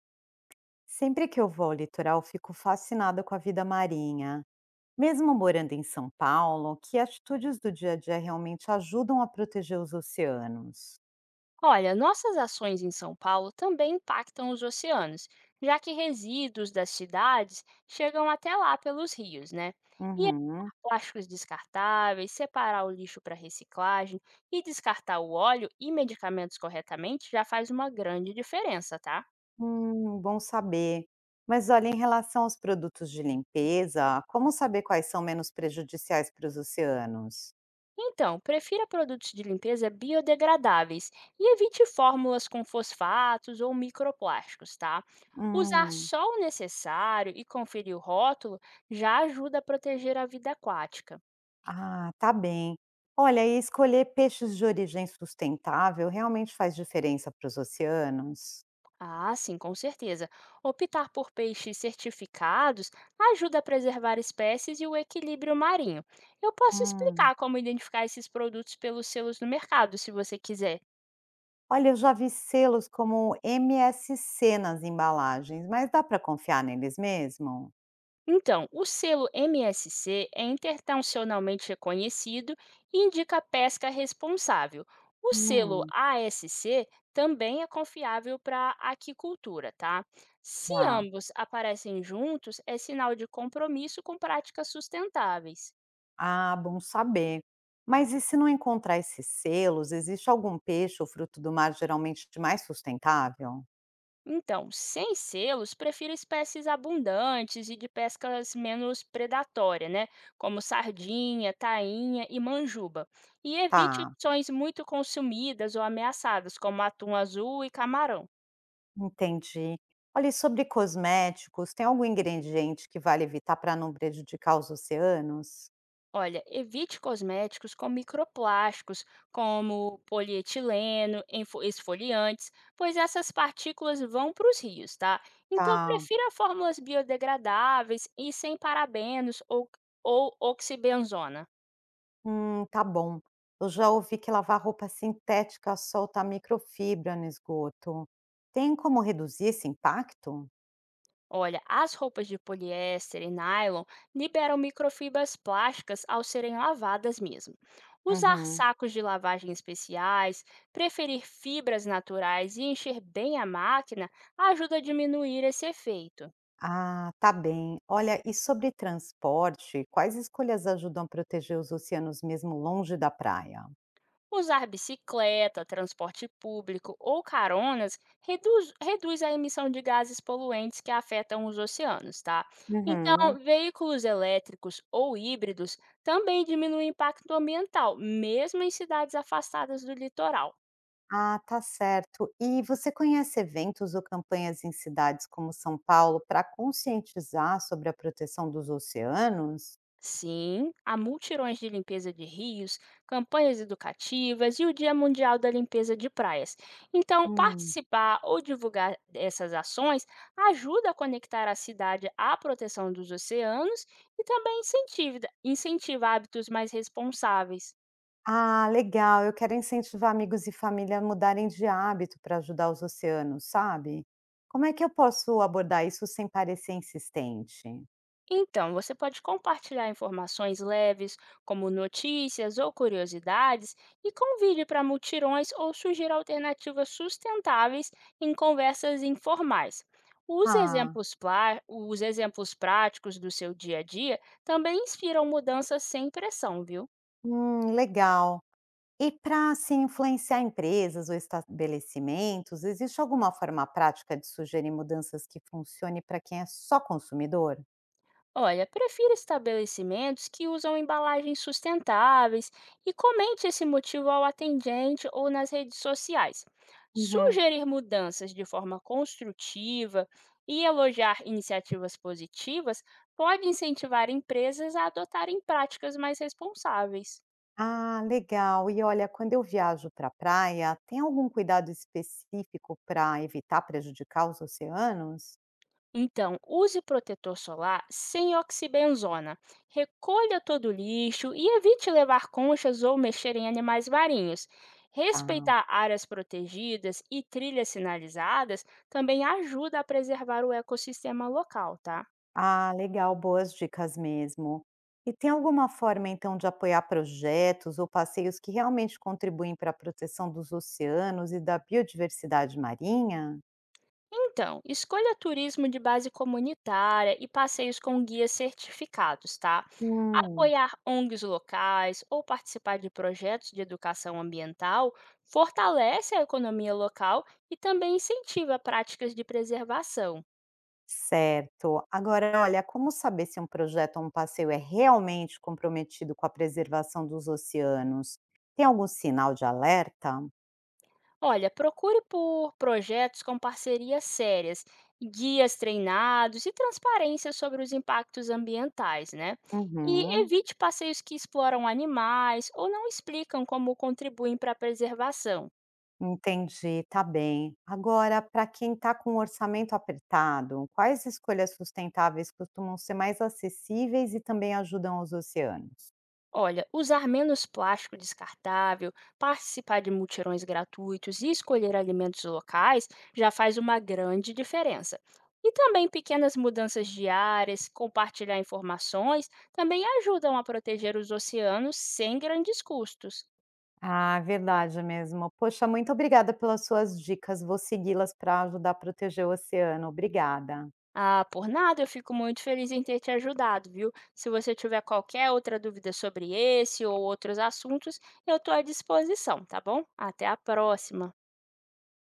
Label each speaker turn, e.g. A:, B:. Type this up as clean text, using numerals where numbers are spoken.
A: Sempre que eu vou ao litoral, fico fascinada com a vida marinha. Mesmo morando em São Paulo, que atitudes do dia a dia realmente ajudam a proteger os oceanos?
B: Olha, nossas ações em São Paulo também impactam os oceanos, já que resíduos das cidades chegam até lá pelos rios, né? E
A: Uhum.
B: evitar plásticos descartáveis, separar o lixo para reciclagem e descartar o óleo e medicamentos corretamente já faz uma grande diferença, tá?
A: Bom saber. Mas olha, em relação aos produtos de limpeza, como saber quais são menos prejudiciais para os oceanos?
B: Então, prefira produtos de limpeza biodegradáveis e evite fórmulas com fosfatos ou microplásticos, tá? Usar
A: Hum,
B: só o necessário e conferir o rótulo já ajuda a proteger a vida aquática.
A: ah, tá bem. Olha, e escolher peixes de origem sustentável realmente faz diferença para os oceanos?
B: Ah, sim, com certeza. Optar por peixes certificados ajuda a preservar espécies e o equilíbrio marinho. Eu posso
A: Hum.
B: explicar como identificar esses produtos pelos selos no mercado, se você quiser.
A: Olha, eu já vi selos como MSC nas embalagens, mas dá para confiar neles mesmo?
B: Então, o selo MSC é internacionalmente reconhecido e indica a pesca responsável. O selo
A: Hum,
B: ASC também é confiável para aquicultura, tá? Se
A: tá.
B: ambos aparecem juntos, é sinal de compromisso com práticas sustentáveis.
A: Ah, bom saber. Mas e se não encontrar esses selos, existe algum peixe ou fruto do mar geralmente mais sustentável?
B: Então, sem selos, prefiro espécies abundantes e de pescas menos predatória, né? Como sardinha, tainha e manjuba. E evite
A: Tá,
B: opções muito consumidas ou ameaçadas, como atum azul e camarão.
A: entendi. Olha, e sobre cosméticos, tem algum ingrediente que vale evitar para não prejudicar os oceanos?
B: Olha, evite cosméticos com microplásticos, como polietileno, esfoliantes, pois essas partículas vão para os rios, tá? Então,
A: Tá.
B: prefira fórmulas biodegradáveis e sem parabenos ou oxibenzona.
A: Tá bom. Eu já ouvi que lavar roupa sintética solta microfibra no esgoto. Tem como reduzir esse impacto?
B: Olha, as roupas de poliéster e nylon liberam microfibras plásticas ao serem lavadas mesmo. Usar
A: Uhum.
B: sacos de lavagem especiais, preferir fibras naturais e encher bem a máquina ajuda a diminuir esse efeito.
A: Ah, tá bem. Olha, e sobre transporte, quais escolhas ajudam a proteger os oceanos mesmo longe da praia?
B: Usar bicicleta, transporte público ou caronas reduz a emissão de gases poluentes que afetam os oceanos, tá? Então,
A: Uhum.
B: veículos elétricos ou híbridos também diminuem o impacto ambiental, mesmo em cidades afastadas do litoral.
A: Ah, tá certo. E você conhece eventos ou campanhas em cidades como São Paulo para conscientizar sobre a proteção dos oceanos?
B: Sim, há multirões de limpeza de rios, campanhas educativas e o Dia Mundial da Limpeza de Praias. Então,
A: Hum.
B: participar ou divulgar essas ações ajuda a conectar a cidade à proteção dos oceanos e também incentiva hábitos mais responsáveis.
A: Ah, legal. Eu quero incentivar amigos e família a mudarem de hábito para ajudar os oceanos, sabe? Como é que eu posso abordar isso sem parecer insistente?
B: Então, você pode compartilhar informações leves, como notícias ou curiosidades, e convide para mutirões ou sugira alternativas sustentáveis em conversas informais. Os
A: Ah,
B: os exemplos práticos do seu dia a dia também inspiram mudanças sem pressão, viu?
A: legal. E para se influenciar empresas ou estabelecimentos, existe alguma forma prática de sugerir mudanças que funcione para quem é só consumidor?
B: Olha, prefira estabelecimentos que usam embalagens sustentáveis e comente esse motivo ao atendente ou nas redes sociais.
A: Uhum.
B: Sugerir mudanças de forma construtiva e elogiar iniciativas positivas pode incentivar empresas a adotarem práticas mais responsáveis.
A: Ah, legal. E olha, quando eu viajo para a praia, tem algum cuidado específico para evitar prejudicar os oceanos?
B: Então, use protetor solar sem oxibenzona. Recolha todo o lixo e evite levar conchas ou mexer em animais marinhos.
A: Tá.
B: Respeitar áreas protegidas e trilhas sinalizadas também ajuda a preservar o ecossistema local, tá?
A: Ah, legal, boas dicas mesmo. E tem alguma forma, então, de apoiar projetos ou passeios que realmente contribuem para a proteção dos oceanos e da biodiversidade marinha?
B: Então, escolha turismo de base comunitária e passeios com guias certificados, tá?
A: Hum,
B: Apoiar ONGs locais ou participar de projetos de educação ambiental fortalece a economia local e também incentiva práticas de preservação.
A: certo. Agora, olha, como saber se um projeto ou um passeio é realmente comprometido com a preservação dos oceanos? Tem algum sinal de alerta?
B: Olha, procure por projetos com parcerias sérias, guias treinados e transparência sobre os impactos ambientais, né? E
A: Uhum.
B: evite passeios que exploram animais ou não explicam como contribuem para a preservação.
A: Entendi, tá bem. Agora, para quem está com o orçamento apertado, quais escolhas sustentáveis costumam ser mais acessíveis e também ajudam os oceanos?
B: Olha, usar menos plástico descartável, participar de mutirões gratuitos e escolher alimentos locais já faz uma grande diferença. E também pequenas mudanças diárias, compartilhar informações, também ajudam a proteger os oceanos sem grandes custos.
A: Ah, verdade mesmo. Poxa, muito obrigada pelas suas dicas. Vou segui-las para ajudar a proteger o oceano. Obrigada.
B: Ah, por nada, eu fico muito feliz em ter te ajudado, viu? Se você tiver qualquer outra dúvida sobre esse ou outros assuntos, eu estou à disposição, tá bom? Até a próxima!